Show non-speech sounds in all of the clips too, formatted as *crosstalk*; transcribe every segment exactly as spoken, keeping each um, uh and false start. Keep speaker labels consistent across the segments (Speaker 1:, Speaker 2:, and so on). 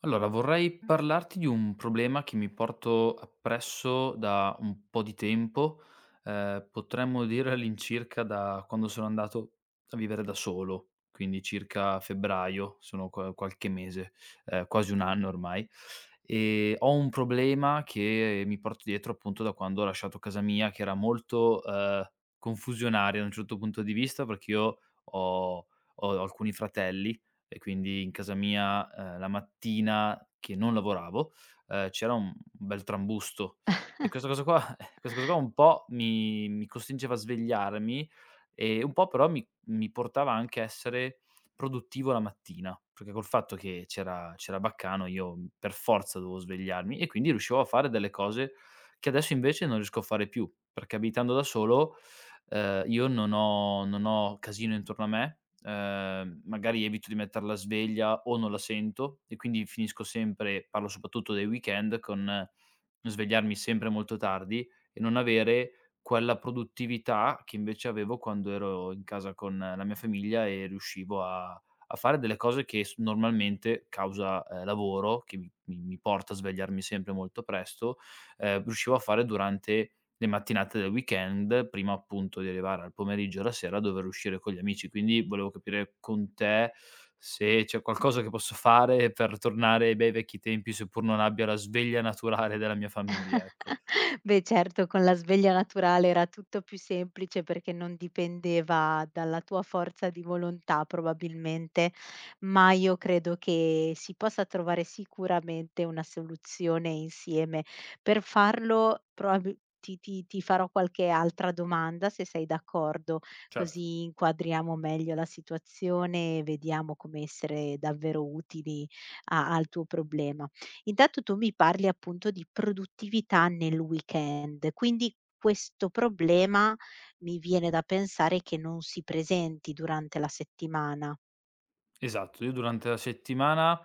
Speaker 1: Allora, vorrei parlarti di un problema che mi porto appresso da un po' di tempo, ehm, potremmo dire all'incirca da quando sono andato a vivere da solo, quindi circa febbraio, sono qua qualche mese, ehm, quasi un anno ormai. Ehm, ho un problema che mi porto dietro appunto da quando ho lasciato casa mia, che era molto, ehm, confusionaria da un certo punto di vista, perché io ho ho alcuni fratelli e quindi in casa mia, ehm, la mattina che non lavoravo, ehm, c'era un bel trambusto e questa cosa qua *laughs* questa cosa qua un po' mi mi costringeva a svegliarmi e un po' però mi mi portava anche a essere produttivo la mattina, perché col fatto che c'era c'era baccano io per forza dovevo svegliarmi e quindi riuscivo a fare delle cose che adesso invece non riesco a fare più, perché abitando da solo, ehm, io non ho non ho casino intorno a me. Ehm, magari evito di metter la sveglia o non la sento e quindi finisco sempre, parlo soprattutto dei weekend, con eh, svegliarmi sempre molto tardi e non avere quella produttività che invece avevo quando ero in casa con eh, la mia famiglia e riuscivo a a fare delle cose che s normalmente, causa, ehm, lavoro, che mi mi mi porta a svegliarmi sempre molto presto, ehm, riuscivo a fare durante le mattinate del weekend, prima appunto di arrivare al pomeriggio e alla sera a dover uscire con gli amici. Quindi volevo capire con te se c'è qualcosa che posso fare per tornare ai bei vecchi tempi, seppur non abbia la sveglia naturale della mia famiglia, ecco.
Speaker 2: *laughs* Beh certo, con la sveglia naturale era tutto più semplice perché non dipendeva dalla tua forza di volontà probabilmente, ma io credo che si possa trovare sicuramente una soluzione insieme. Per farlo probabi ti ti ti farò qualche altra domanda, se sei d'accordo,
Speaker 1: Certo.
Speaker 2: così inquadriamo meglio la situazione e vediamo come essere davvero utili a al tuo problema. Intanto tu mi parli appunto di produttività nel weekend, quindi questo problema mi viene da pensare che non si presenti durante la settimana.
Speaker 1: Esatto, io durante la settimana,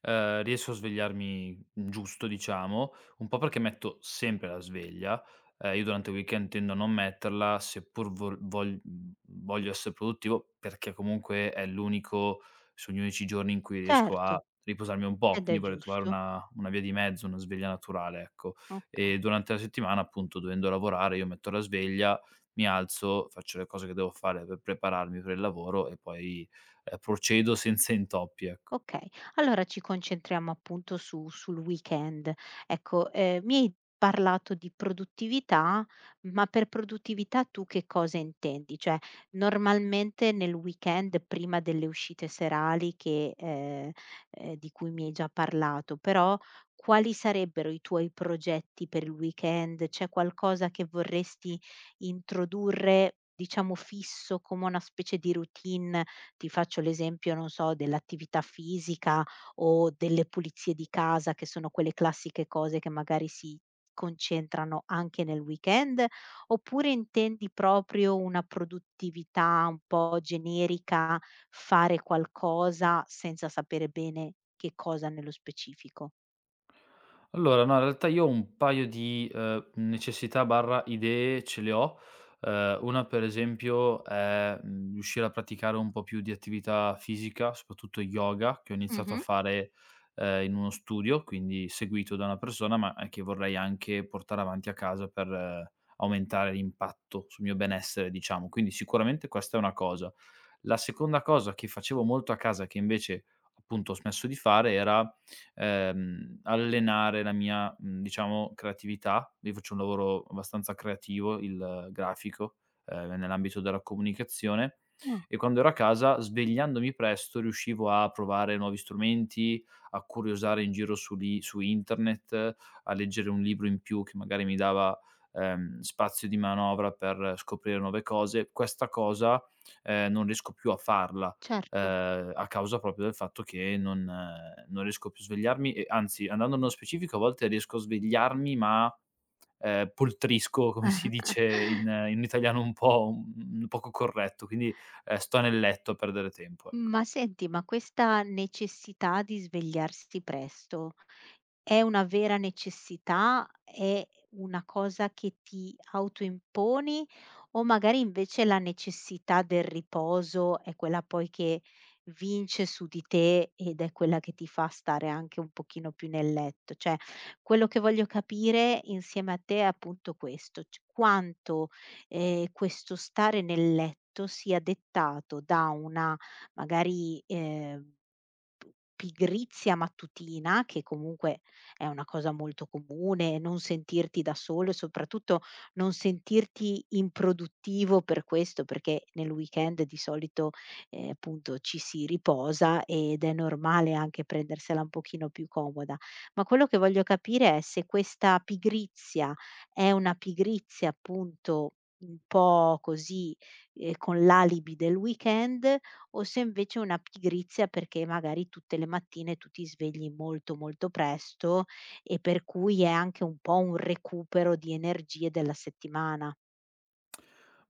Speaker 1: ehm, riesco a svegliarmi giusto, diciamo, un po' perché metto sempre la sveglia, ehm, io durante il weekend tendo a non metterla, seppur vol vogl mhmm, voglio essere produttivo, perché comunque è l'unico sono gli unici giorni in cui riesco a
Speaker 2: Certo,
Speaker 1: riposarmi un po',
Speaker 2: ed è
Speaker 1: quindi vorrei trovare
Speaker 2: giusto.
Speaker 1: una una via di mezzo, una sveglia naturale, ecco.
Speaker 2: Okay.
Speaker 1: E durante la settimana, appunto, dovendo lavorare io metto la sveglia, mi alzo, faccio le cose che devo fare per prepararmi per il lavoro e poi ehm, procedo senza intoppi, ecco.
Speaker 2: Okay, allora ci concentriamo appunto su sul weekend. Ecco, ehm, mi hai parlato di produttività, ma per produttività tu che cosa intendi? Cioè, normalmente nel weekend prima delle uscite serali che ehm, ehm, di cui mi hai già parlato, però quali sarebbero i tuoi progetti per il weekend? C'è qualcosa che vorresti introdurre, diciamo fisso, come una specie di routine ti faccio l'esempio, non so, dell'attività fisica o delle pulizie di casa, che sono quelle classiche cose che magari si concentrano anche nel weekend, oppure intendi proprio una produttività un po' generica, fare qualcosa senza sapere bene che cosa nello specifico?
Speaker 1: Allora, no, in realtà io ho un paio di, ehm, necessità/idee ce le ho. Ehm, una per esempio è, mhmm, riuscire a praticare un po' più di attività fisica, soprattutto yoga, che ho iniziato a
Speaker 2: Mh-mh.
Speaker 1: fare, ehm, in uno studio, quindi seguito da una persona, ma, ehm, che vorrei anche portare avanti a casa per eh, aumentare l'impatto sul mio benessere, diciamo. Quindi sicuramente questa è una cosa. La seconda cosa che facevo molto a casa, che invece appunto ho smesso di fare, era, ehm, allenare la mia, mhmm, diciamo, creatività. Io faccio un lavoro abbastanza creativo, il eh, grafico, ehm, nell'ambito della comunicazione,
Speaker 2: Ah,
Speaker 1: e quando ero a casa, svegliandomi presto, riuscivo a provare nuovi strumenti, a curiosare in giro su li su internet, eh, a leggere un libro in più che magari mi dava, ehm, spazio di manovra per eh, scoprire nuove cose. Questa cosa ehm, non riesco più a farla,
Speaker 2: certo.
Speaker 1: ehm, a causa proprio del fatto che non eh, non riesco più a svegliarmi, e anzi, andando nello specifico, a volte riesco a svegliarmi ma, ehm, poltrisco, come si dice,
Speaker 2: *laughs*
Speaker 1: in in italiano un po' un poco corretto, quindi, ehm, sto nel letto a perdere tempo, ecco.
Speaker 2: Ma senti, ma questa necessità di svegliarsi presto, è una vera necessità, è una cosa che ti autoimponi o magari invece la necessità del riposo è quella poi che vince su di te ed è quella che ti fa stare anche un pochino più nel letto? Cioè, quello che voglio capire insieme a te è appunto questo, c quanto, ehm, questo stare nel letto sia dettato da una magari, ehm p pigrizia mattutina, che comunque è una cosa molto comune, non sentirti da solo e soprattutto non sentirti improduttivo per questo, perché nel weekend di solito, ehm, appunto ci si riposa ed è normale anche prendersela un pochino più comoda. Ma quello che voglio capire è se questa pigrizia è una pigrizia appunto un po' così, ehm, con l'alibi del weekend o se invece è una pigrizia perché magari tutte le mattine tu ti svegli molto, molto presto e per cui è anche un po' un recupero di energie della settimana.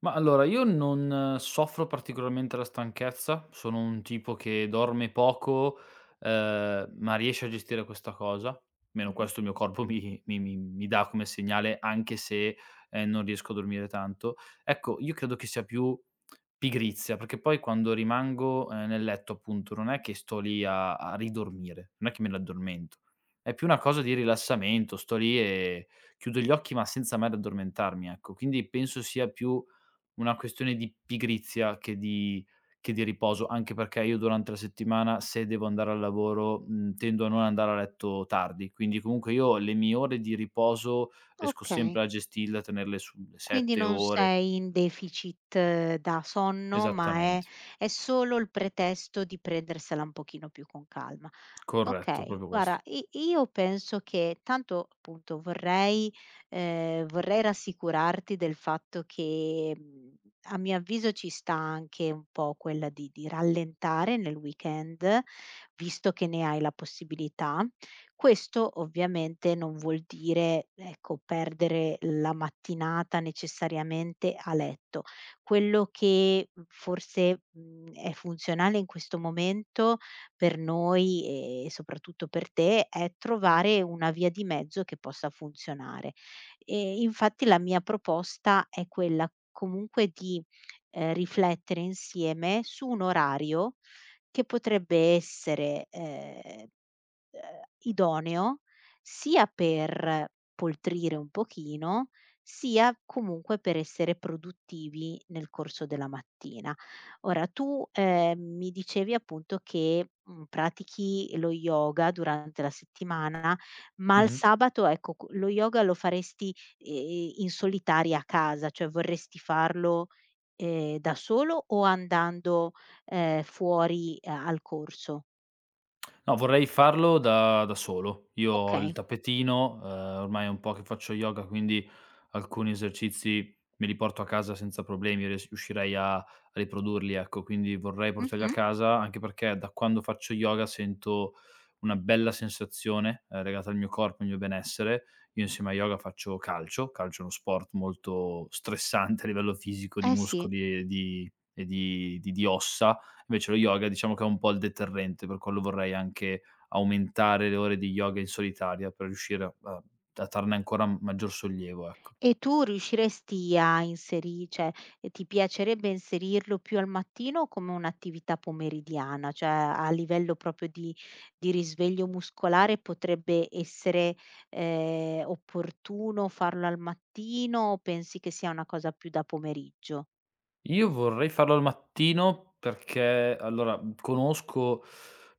Speaker 1: Ma allora, io non eh, soffro particolarmente la stanchezza, sono un tipo che dorme poco, ehm, ma riesce a gestire questa cosa, almeno
Speaker 2: Mh-mh.
Speaker 1: questo il mio corpo *laughs* mi mi mi mi dà come segnale, anche se, ehm, non riesco a dormire tanto. Ecco, io credo che sia più pigrizia, perché poi quando rimango, ehm, nel letto appunto, non è che sto lì a a ridormire, non è che me ne addormento. È più una cosa di rilassamento, sto lì e chiudo gli occhi, ma senza mai addormentarmi, ecco. Quindi penso sia più una questione di pigrizia che di che di riposo, anche perché io durante la settimana, se devo andare al lavoro, mhmm, tendo a non andare a letto tardi. Quindi comunque io le mie ore di riposo riesco sempre
Speaker 2: Okay.
Speaker 1: a gestirle, a tenerle sulle
Speaker 2: Quindi
Speaker 1: sette
Speaker 2: non
Speaker 1: ore.
Speaker 2: sei in deficit eh, da sonno, ma è
Speaker 1: Esattamente,
Speaker 2: è solo il pretesto di prendersela un pochino più con calma.
Speaker 1: corretto,
Speaker 2: Okay,
Speaker 1: proprio
Speaker 2: guarda
Speaker 1: questo.
Speaker 2: i io penso che tanto appunto vorrei ehm, vorrei rassicurarti del fatto che, mhmm, a mio avviso ci sta anche un po' quella di di rallentare nel weekend, visto che ne hai la possibilità. Questo ovviamente non vuol dire, ecco, perdere la mattinata necessariamente a letto. Quello che, mhmm, forse, mhmm, è funzionale in questo momento per noi e soprattutto per te è trovare una via di mezzo che possa funzionare. E infatti la mia proposta è quella comunque di, ehm, riflettere insieme su un orario che potrebbe essere, ehm ehm, idoneo sia per poltrire un pochino, sia comunque per essere produttivi nel corso della mattina. Ora tu, ehm, mi dicevi appunto che, mhmm, pratichi lo yoga durante la settimana, ma il
Speaker 1: Mh-mh.
Speaker 2: sabato ecco, q lo yoga lo faresti, ehm, in solitaria a casa, cioè vorresti farlo, ehm, da solo o andando, ehm, fuori a al corso?
Speaker 1: No, vorrei farlo da da solo. Io ho il
Speaker 2: Okay.
Speaker 1: tappetino, ehm, ormai è un po' che faccio yoga, quindi alcuni esercizi me li porto a casa senza problemi, ries riuscirei a a riprodurli, ecco. Quindi vorrei portarli a
Speaker 2: Mh-mh.
Speaker 1: casa, anche perché da quando faccio yoga sento una bella sensazione, ehm, legata al mio corpo, al mio benessere. Io insieme a yoga faccio calcio, calcio è uno sport molto stressante a livello fisico, di
Speaker 2: Eh sì.
Speaker 1: muscoli e di e di di di ossa. Invece lo yoga, diciamo, che è un po' il deterrente, per quello vorrei anche aumentare le ore di yoga in solitaria per riuscire a a darne ancora maggior sollievo, ecco.
Speaker 2: E tu riusciresti a inseri cioè, eh, ti piacerebbe inserirlo più al mattino o come un'attività pomeridiana? Cioè, a livello proprio di di risveglio muscolare potrebbe essere, ehm, opportuno farlo al mattino o pensi che sia una cosa più da pomeriggio?
Speaker 1: Io vorrei farlo al mattino perché allora, mhmm, conosco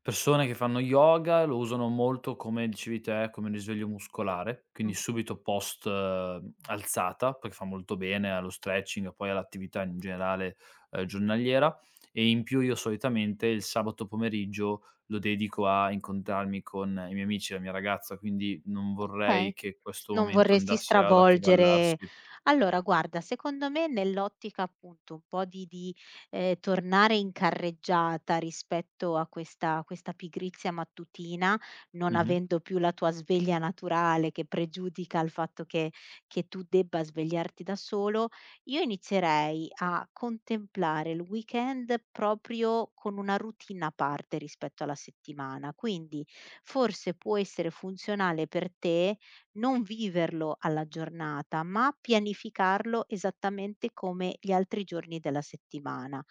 Speaker 1: persone che fanno yoga, lo usano molto come dicevi te, come risveglio muscolare, quindi
Speaker 2: Mh.
Speaker 1: subito post, mhmm, alzata, perché fa molto bene allo stretching e poi all'attività in generale, ehm, giornaliera. E in più io solitamente il sabato pomeriggio lo dedico a incontrarmi con i miei amici e la mia ragazza, quindi non vorrei
Speaker 2: Okay.
Speaker 1: che
Speaker 2: S
Speaker 1: questo
Speaker 2: non
Speaker 1: momento
Speaker 2: vorresti
Speaker 1: andasse ad
Speaker 2: stravolgere
Speaker 1: accavallarsi.
Speaker 2: allora guarda, secondo me nell'ottica appunto un po' di di, ehm, tornare in carreggiata rispetto a questa questa pigrizia mattutina, non
Speaker 1: Mh-mh.
Speaker 2: avendo più la tua sveglia naturale che pregiudica il fatto che che tu debba svegliarti da solo, io inizierei a contemplare il weekend proprio con una routine a parte rispetto alla settimana, quindi forse può essere funzionale per te non viverlo alla giornata, ma pianificarlo esattamente come gli altri giorni della settimana.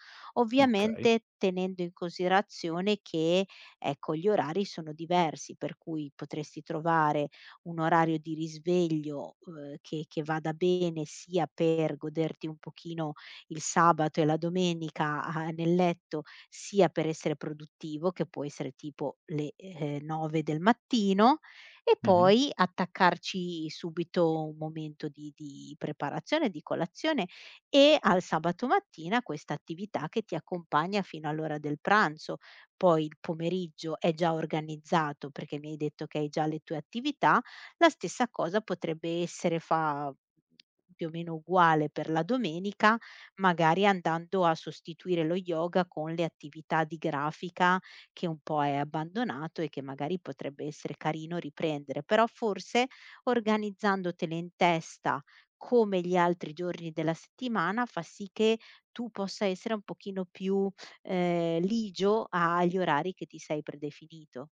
Speaker 1: Okay.
Speaker 2: Ovviamente tenendo in considerazione che ecco, gli orari sono diversi, per cui potresti trovare un orario di risveglio, uhm, che che vada bene sia per goderti un pochino il sabato e la domenica a nel letto, sia per essere produttivo, che può essere tipo le, ehm, nove del mattino, e
Speaker 1: Mh-mh.
Speaker 2: poi attaccarci subito un momento di di preparazione, di colazione e al sabato mattina questa attività che ti accompagna fino all'ora del pranzo. Poi il pomeriggio è già organizzato, perché mi hai detto che hai già le tue attività la stessa cosa potrebbe essere fa più o meno uguale per la domenica, magari andando a sostituire lo yoga con le attività di grafica che un po' hai abbandonato e che magari potrebbe essere carino riprendere, però forse organizzandotele in testa come gli altri giorni della settimana fa sì che tu possa essere un pochino più, ehm, ligio agli orari che ti sei predefinito.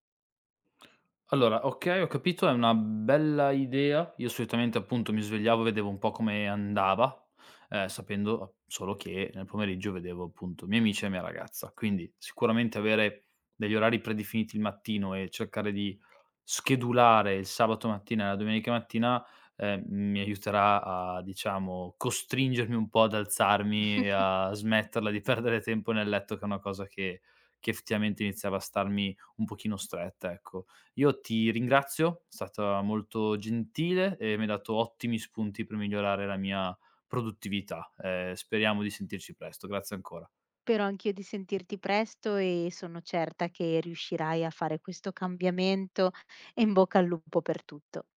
Speaker 1: Allora, okay, ho capito, è una bella idea. Io solitamente, appunto, mi svegliavo e vedevo un po' come andava, ehm, sapendo a solo che nel pomeriggio vedevo, appunto, i miei amici e la mia ragazza. Quindi sicuramente avere degli orari predefiniti il mattino e cercare di schedulare il sabato mattina e la domenica mattina, ehm, mi aiuterà a, diciamo, costringermi un po' ad alzarmi e a smetterla di perdere tempo nel letto, che è una cosa che che effettivamente iniziava a starmi un pochino stretta, ecco. Io ti ringrazio, è stata molto gentile e mi hai dato ottimi spunti per migliorare la mia produttività. Ehm, speriamo di sentirci presto. Grazie ancora.
Speaker 2: Spero anch'io di sentirti presto e sono certa che riuscirai a fare questo cambiamento e in bocca al lupo per tutto.